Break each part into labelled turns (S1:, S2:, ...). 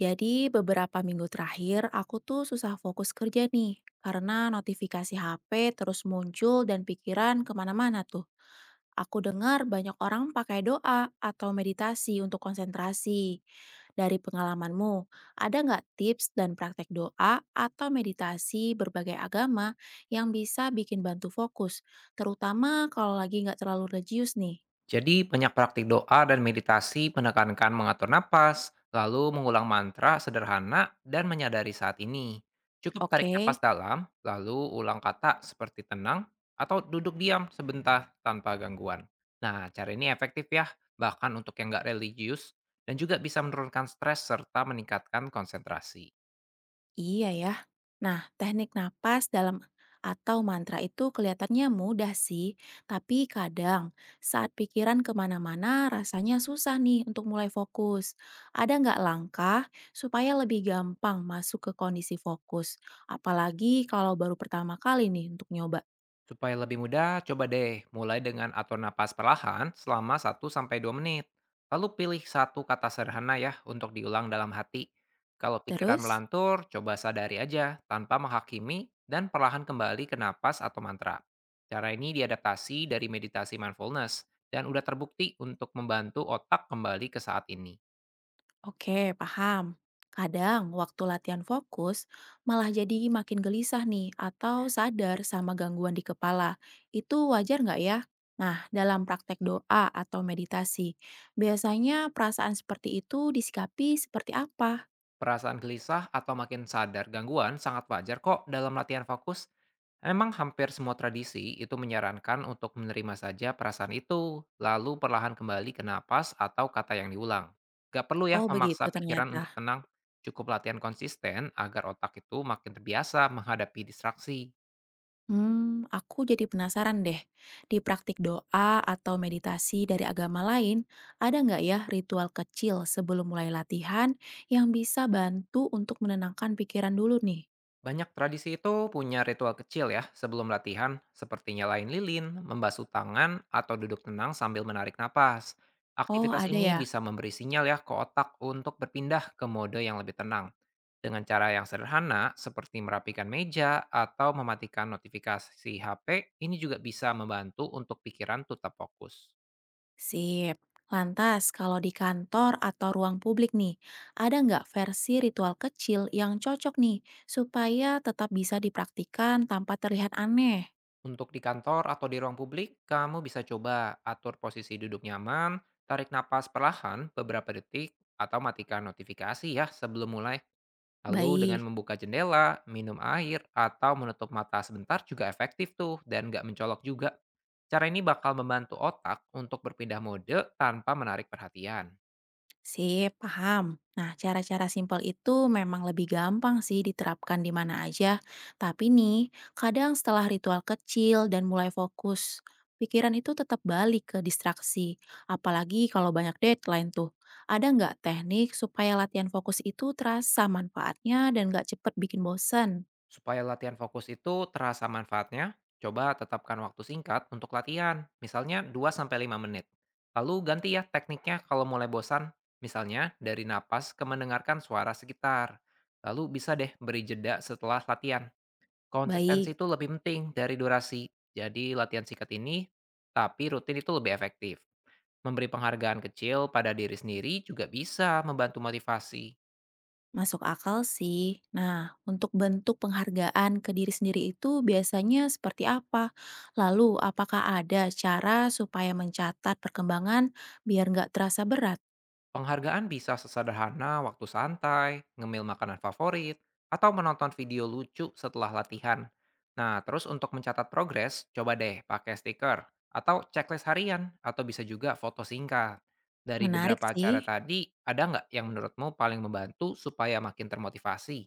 S1: Jadi beberapa minggu terakhir aku tuh susah fokus kerja nih karena notifikasi HP terus muncul dan pikiran kemana-mana tuh. Aku dengar banyak orang pakai doa atau meditasi untuk konsentrasi. Dari pengalamanmu, ada nggak tips dan praktek doa atau meditasi berbagai agama yang bisa bikin bantu fokus, terutama kalau lagi nggak terlalu religius nih?
S2: Jadi banyak praktik doa dan meditasi menekankan mengatur napas, lalu mengulang mantra sederhana dan menyadari saat ini. Cukup tarik
S1: Oke.
S2: napas dalam, lalu ulang kata seperti tenang atau duduk diam sebentar tanpa gangguan. Nah, cara ini efektif ya, bahkan untuk yang nggak religius, dan juga bisa menurunkan stres serta meningkatkan konsentrasi.
S1: Iya ya. Nah, teknik napas dalam atau mantra itu kelihatannya mudah sih, tapi kadang saat pikiran kemana-mana rasanya susah nih untuk mulai fokus. Ada nggak langkah supaya lebih gampang masuk ke kondisi fokus? Apalagi kalau baru pertama kali nih untuk nyoba.
S2: Supaya lebih mudah, coba deh mulai dengan atur napas perlahan selama satu sampai dua menit. Lalu pilih satu kata sederhana ya untuk diulang dalam hati. Kalau pikiran
S1: Terus?
S2: melantur, coba sadari aja tanpa menghakimi dan perlahan kembali ke napas atau mantra. Cara ini diadaptasi dari meditasi mindfulness dan udah terbukti untuk membantu otak kembali ke saat ini.
S1: Oke, paham. Kadang waktu latihan fokus malah jadi makin gelisah nih atau sadar sama gangguan di kepala. Itu wajar nggak ya? Nah, dalam praktek doa atau meditasi, biasanya perasaan seperti itu disikapi seperti apa?
S2: Perasaan gelisah atau makin sadar gangguan sangat wajar kok dalam latihan fokus. Memang hampir semua tradisi itu menyarankan untuk menerima saja perasaan itu, lalu perlahan kembali ke napas atau kata yang diulang. Gak perlu ya
S1: Oh, begitu
S2: memaksa pikiran
S1: ternyata.
S2: untuk tenang, cukup latihan konsisten agar otak itu makin terbiasa menghadapi distraksi.
S1: Aku jadi penasaran deh. Di praktik doa atau meditasi dari agama lain, ada nggak ya ritual kecil sebelum mulai latihan yang bisa bantu untuk menenangkan pikiran dulu nih?
S2: Banyak tradisi itu punya ritual kecil ya sebelum latihan, seperti nyalain lilin, membasuh tangan, atau duduk tenang sambil menarik napas.
S1: Oh,
S2: Aktivitas
S1: ada
S2: ini
S1: ya.
S2: bisa memberi sinyal ya ke otak untuk berpindah ke mode yang lebih tenang. Dengan cara yang sederhana, seperti merapikan meja atau mematikan notifikasi HP, ini juga bisa membantu untuk pikiran tetap fokus.
S1: Sip. Lantas, kalau di kantor atau ruang publik nih, ada nggak versi ritual kecil yang cocok nih supaya tetap bisa dipraktikan tanpa terlihat aneh?
S2: Untuk di kantor atau di ruang publik, kamu bisa coba atur posisi duduk nyaman, tarik napas perlahan beberapa detik, atau matikan notifikasi ya sebelum mulai. Lalu dengan
S1: Baik.
S2: membuka jendela, minum air, atau menutup mata sebentar juga efektif tuh dan nggak mencolok juga. Cara ini bakal membantu otak untuk berpindah mode tanpa menarik perhatian.
S1: Sip, paham. Nah, cara-cara simpel itu memang lebih gampang sih diterapkan di mana aja. Tapi nih, kadang setelah ritual kecil dan mulai fokus, pikiran itu tetap balik ke distraksi. Apalagi kalau banyak deadline tuh. Ada nggak teknik supaya latihan fokus itu terasa manfaatnya dan nggak cepet bikin bosen?
S2: Supaya latihan fokus itu terasa manfaatnya, coba tetapkan waktu singkat untuk latihan, misalnya dua sampai lima menit. Lalu ganti ya tekniknya kalau mulai bosan, misalnya dari napas ke mendengarkan suara sekitar. Lalu bisa deh beri jeda setelah latihan. Konsistensi
S1: Baik.
S2: itu lebih penting dari durasi. Jadi latihan singkat ini, tapi rutin itu lebih efektif. Memberi penghargaan kecil pada diri sendiri juga bisa membantu motivasi.
S1: Masuk akal sih. Nah, untuk bentuk penghargaan ke diri sendiri itu biasanya seperti apa? Lalu, apakah ada cara supaya mencatat perkembangan biar nggak terasa berat?
S2: Penghargaan bisa sesederhana waktu santai, ngemil makanan favorit, atau menonton video lucu setelah latihan. Nah, terus untuk mencatat progres, coba deh pakai stiker atau checklist harian atau bisa juga foto singkat. Dari
S1: Menarik
S2: beberapa
S1: sih.
S2: acara tadi, ada nggak yang menurutmu paling membantu supaya makin termotivasi?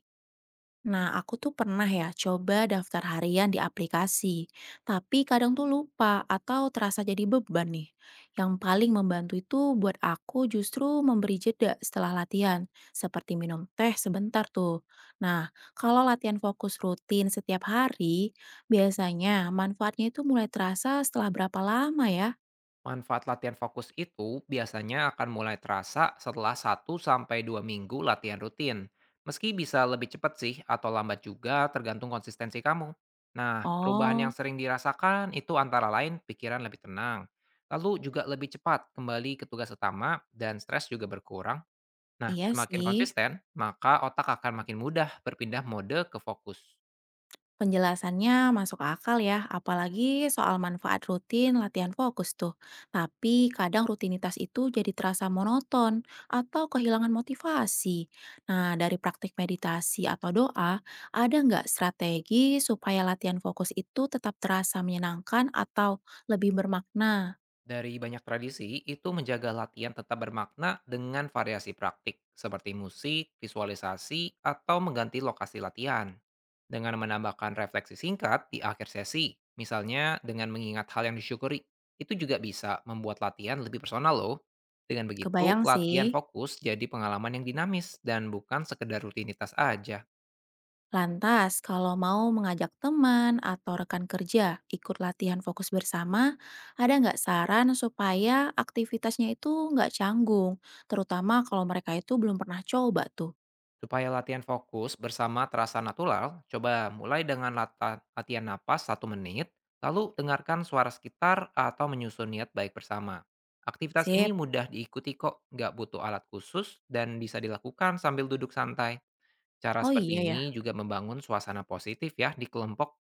S1: Nah, aku tuh pernah ya coba daftar harian di aplikasi, tapi kadang tuh lupa atau terasa jadi beban nih. Yang paling membantu itu buat aku justru memberi jeda setelah latihan, seperti minum teh sebentar tuh. Nah, kalau latihan fokus rutin setiap hari, biasanya manfaatnya itu mulai terasa setelah berapa lama ya?
S2: Manfaat latihan fokus itu biasanya akan mulai terasa setelah satu sampai dua minggu latihan rutin. Meski bisa lebih cepat sih atau lambat juga tergantung konsistensi kamu. Nah, perubahan yang
S1: Oh,
S2: sering dirasakan itu antara lain pikiran lebih tenang, lalu juga lebih cepat kembali ke tugas utama dan stres juga berkurang. Nah,
S1: iya
S2: semakin
S1: sih.
S2: konsisten, maka otak akan makin mudah berpindah mode ke fokus.
S1: Penjelasannya masuk akal ya, apalagi soal manfaat rutin latihan fokus tuh. Tapi kadang rutinitas itu jadi terasa monoton atau kehilangan motivasi. Nah, dari praktik meditasi atau doa, ada nggak strategi supaya latihan fokus itu tetap terasa menyenangkan atau lebih bermakna?
S2: Dari banyak tradisi, itu menjaga latihan tetap bermakna dengan variasi praktik, seperti musik, visualisasi, atau mengganti lokasi latihan. Dengan menambahkan refleksi singkat di akhir sesi, misalnya dengan mengingat hal yang disyukuri, itu juga bisa membuat latihan lebih personal loh. Dengan begitu,
S1: Kebayang sih.
S2: latihan fokus jadi pengalaman yang dinamis dan bukan sekedar rutinitas aja.
S1: Lantas, kalau mau mengajak teman atau rekan kerja ikut latihan fokus bersama, ada nggak saran supaya aktivitasnya itu nggak canggung, terutama kalau mereka itu belum pernah coba tuh?
S2: Supaya latihan fokus bersama terasa natural, coba mulai dengan latihan napas satu menit, lalu dengarkan suara sekitar atau menyusun niat baik bersama. Aktivitas ini
S1: Sip.
S2: mudah diikuti kok, nggak butuh alat khusus dan bisa dilakukan sambil duduk santai. Cara
S1: Oh
S2: seperti
S1: iya ya.
S2: ini juga membangun suasana positif ya di kelompok.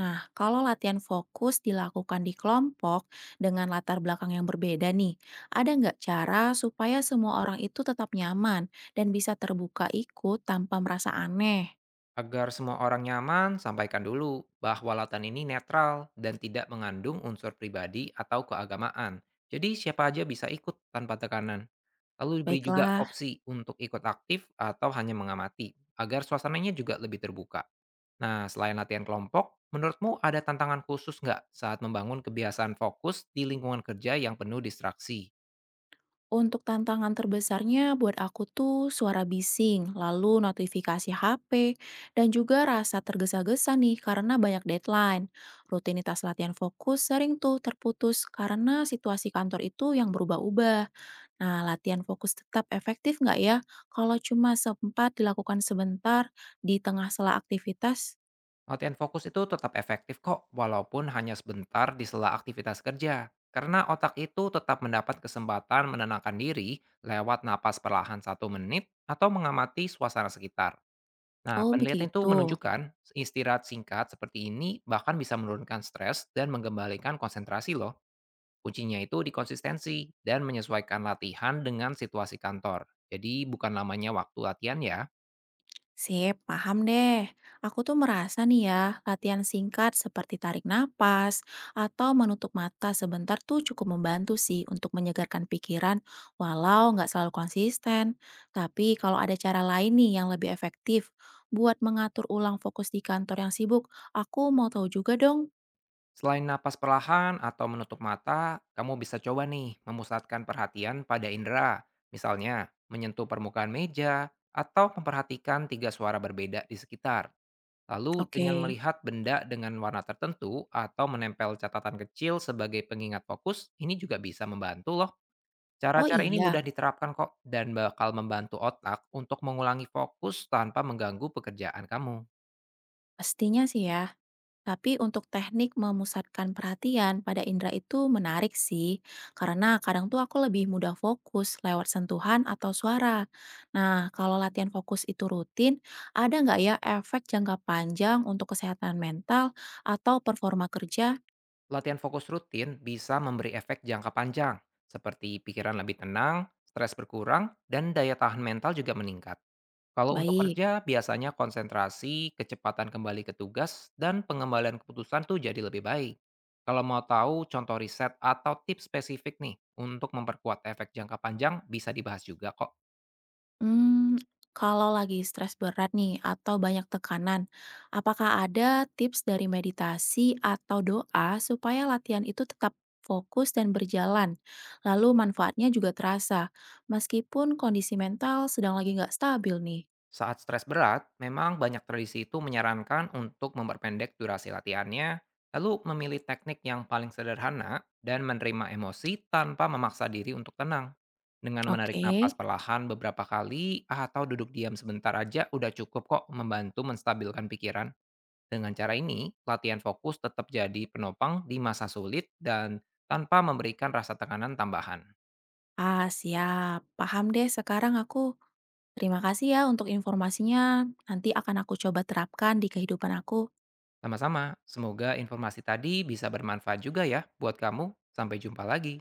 S1: Nah, kalau latihan fokus dilakukan di kelompok dengan latar belakang yang berbeda nih, ada nggak cara supaya semua orang itu tetap nyaman dan bisa terbuka ikut tanpa merasa aneh?
S2: Agar semua orang nyaman, sampaikan dulu bahwa latihan ini netral dan tidak mengandung unsur pribadi atau keagamaan. Jadi siapa aja bisa ikut tanpa tekanan. Lalu diberi juga
S1: Baiklah.
S2: opsi untuk ikut aktif atau hanya mengamati, agar suasananya juga lebih terbuka. Nah, selain latihan kelompok, menurutmu ada tantangan khusus nggak saat membangun kebiasaan fokus di lingkungan kerja yang penuh distraksi?
S1: Untuk tantangan terbesarnya buat aku tuh suara bising, lalu notifikasi HP, dan juga rasa tergesa-gesa nih karena banyak deadline. Rutinitas latihan fokus sering tuh terputus karena situasi kantor itu yang berubah-ubah. Nah, latihan fokus tetap efektif nggak ya kalau cuma sempat dilakukan sebentar di tengah sela aktivitas?
S2: Latihan fokus itu tetap efektif kok, walaupun hanya sebentar di sela aktivitas kerja. Karena otak itu tetap mendapat kesempatan menenangkan diri lewat napas perlahan satu menit atau mengamati suasana sekitar. Nah,
S1: Oh
S2: penelitian itu
S1: begitu.
S2: menunjukkan istirahat singkat seperti ini bahkan bisa menurunkan stres dan mengembalikan konsentrasi loh. Kuncinya itu di konsistensi dan menyesuaikan latihan dengan situasi kantor. Jadi bukan lamanya waktu latihan ya.
S1: Sip, paham deh. Aku tuh merasa nih ya, latihan singkat seperti tarik napas atau menutup mata sebentar tuh cukup membantu sih untuk menyegarkan pikiran walau nggak selalu konsisten. Tapi kalau ada cara lain nih yang lebih efektif buat mengatur ulang fokus di kantor yang sibuk, aku mau tahu juga dong.
S2: Selain napas perlahan atau menutup mata, kamu bisa coba nih memusatkan perhatian pada indera. Misalnya, menyentuh permukaan meja atau memperhatikan tiga suara berbeda di sekitar. Lalu
S1: Oke.
S2: dengan melihat benda dengan warna tertentu atau menempel catatan kecil sebagai pengingat fokus, ini juga bisa membantu loh.
S1: Oh
S2: Cara-cara ini
S1: iya,
S2: mudah diterapkan kok dan bakal membantu otak untuk mengulangi fokus tanpa mengganggu pekerjaan kamu.
S1: pastinya sih ya. Tapi untuk teknik memusatkan perhatian pada indera itu menarik sih, karena kadang tuh aku lebih mudah fokus lewat sentuhan atau suara. Nah, kalau latihan fokus itu rutin, ada nggak ya efek jangka panjang untuk kesehatan mental atau performa kerja?
S2: Latihan fokus rutin bisa memberi efek jangka panjang, seperti pikiran lebih tenang, stres berkurang, dan daya tahan mental juga meningkat. Kalau untuk
S1: Baik.
S2: kerja, biasanya konsentrasi, kecepatan kembali ke tugas, dan pengembalian keputusan tuh jadi lebih baik. Kalau mau tahu contoh riset atau tips spesifik nih untuk memperkuat efek jangka panjang, bisa dibahas juga kok.
S1: Hmm, kalau lagi stres berat nih atau banyak tekanan, apakah ada tips dari meditasi atau doa supaya latihan itu tetap fokus dan berjalan? Lalu manfaatnya juga terasa, meskipun kondisi mental sedang lagi nggak stabil nih.
S2: Saat stres berat, memang banyak tradisi itu menyarankan untuk memperpendek durasi latihannya, lalu memilih teknik yang paling sederhana dan menerima emosi tanpa memaksa diri untuk tenang. Dengan menarik
S1: Oke.
S2: napas perlahan beberapa kali atau duduk diam sebentar aja udah cukup kok membantu menstabilkan pikiran. Dengan cara ini, latihan fokus tetap jadi penopang di masa sulit dan tanpa memberikan rasa tekanan tambahan.
S1: Ah, siap. Paham deh sekarang aku. Terima kasih ya untuk informasinya, nanti akan aku coba terapkan di kehidupan aku.
S2: Sama-sama, semoga informasi tadi bisa bermanfaat juga ya buat kamu. Sampai jumpa lagi.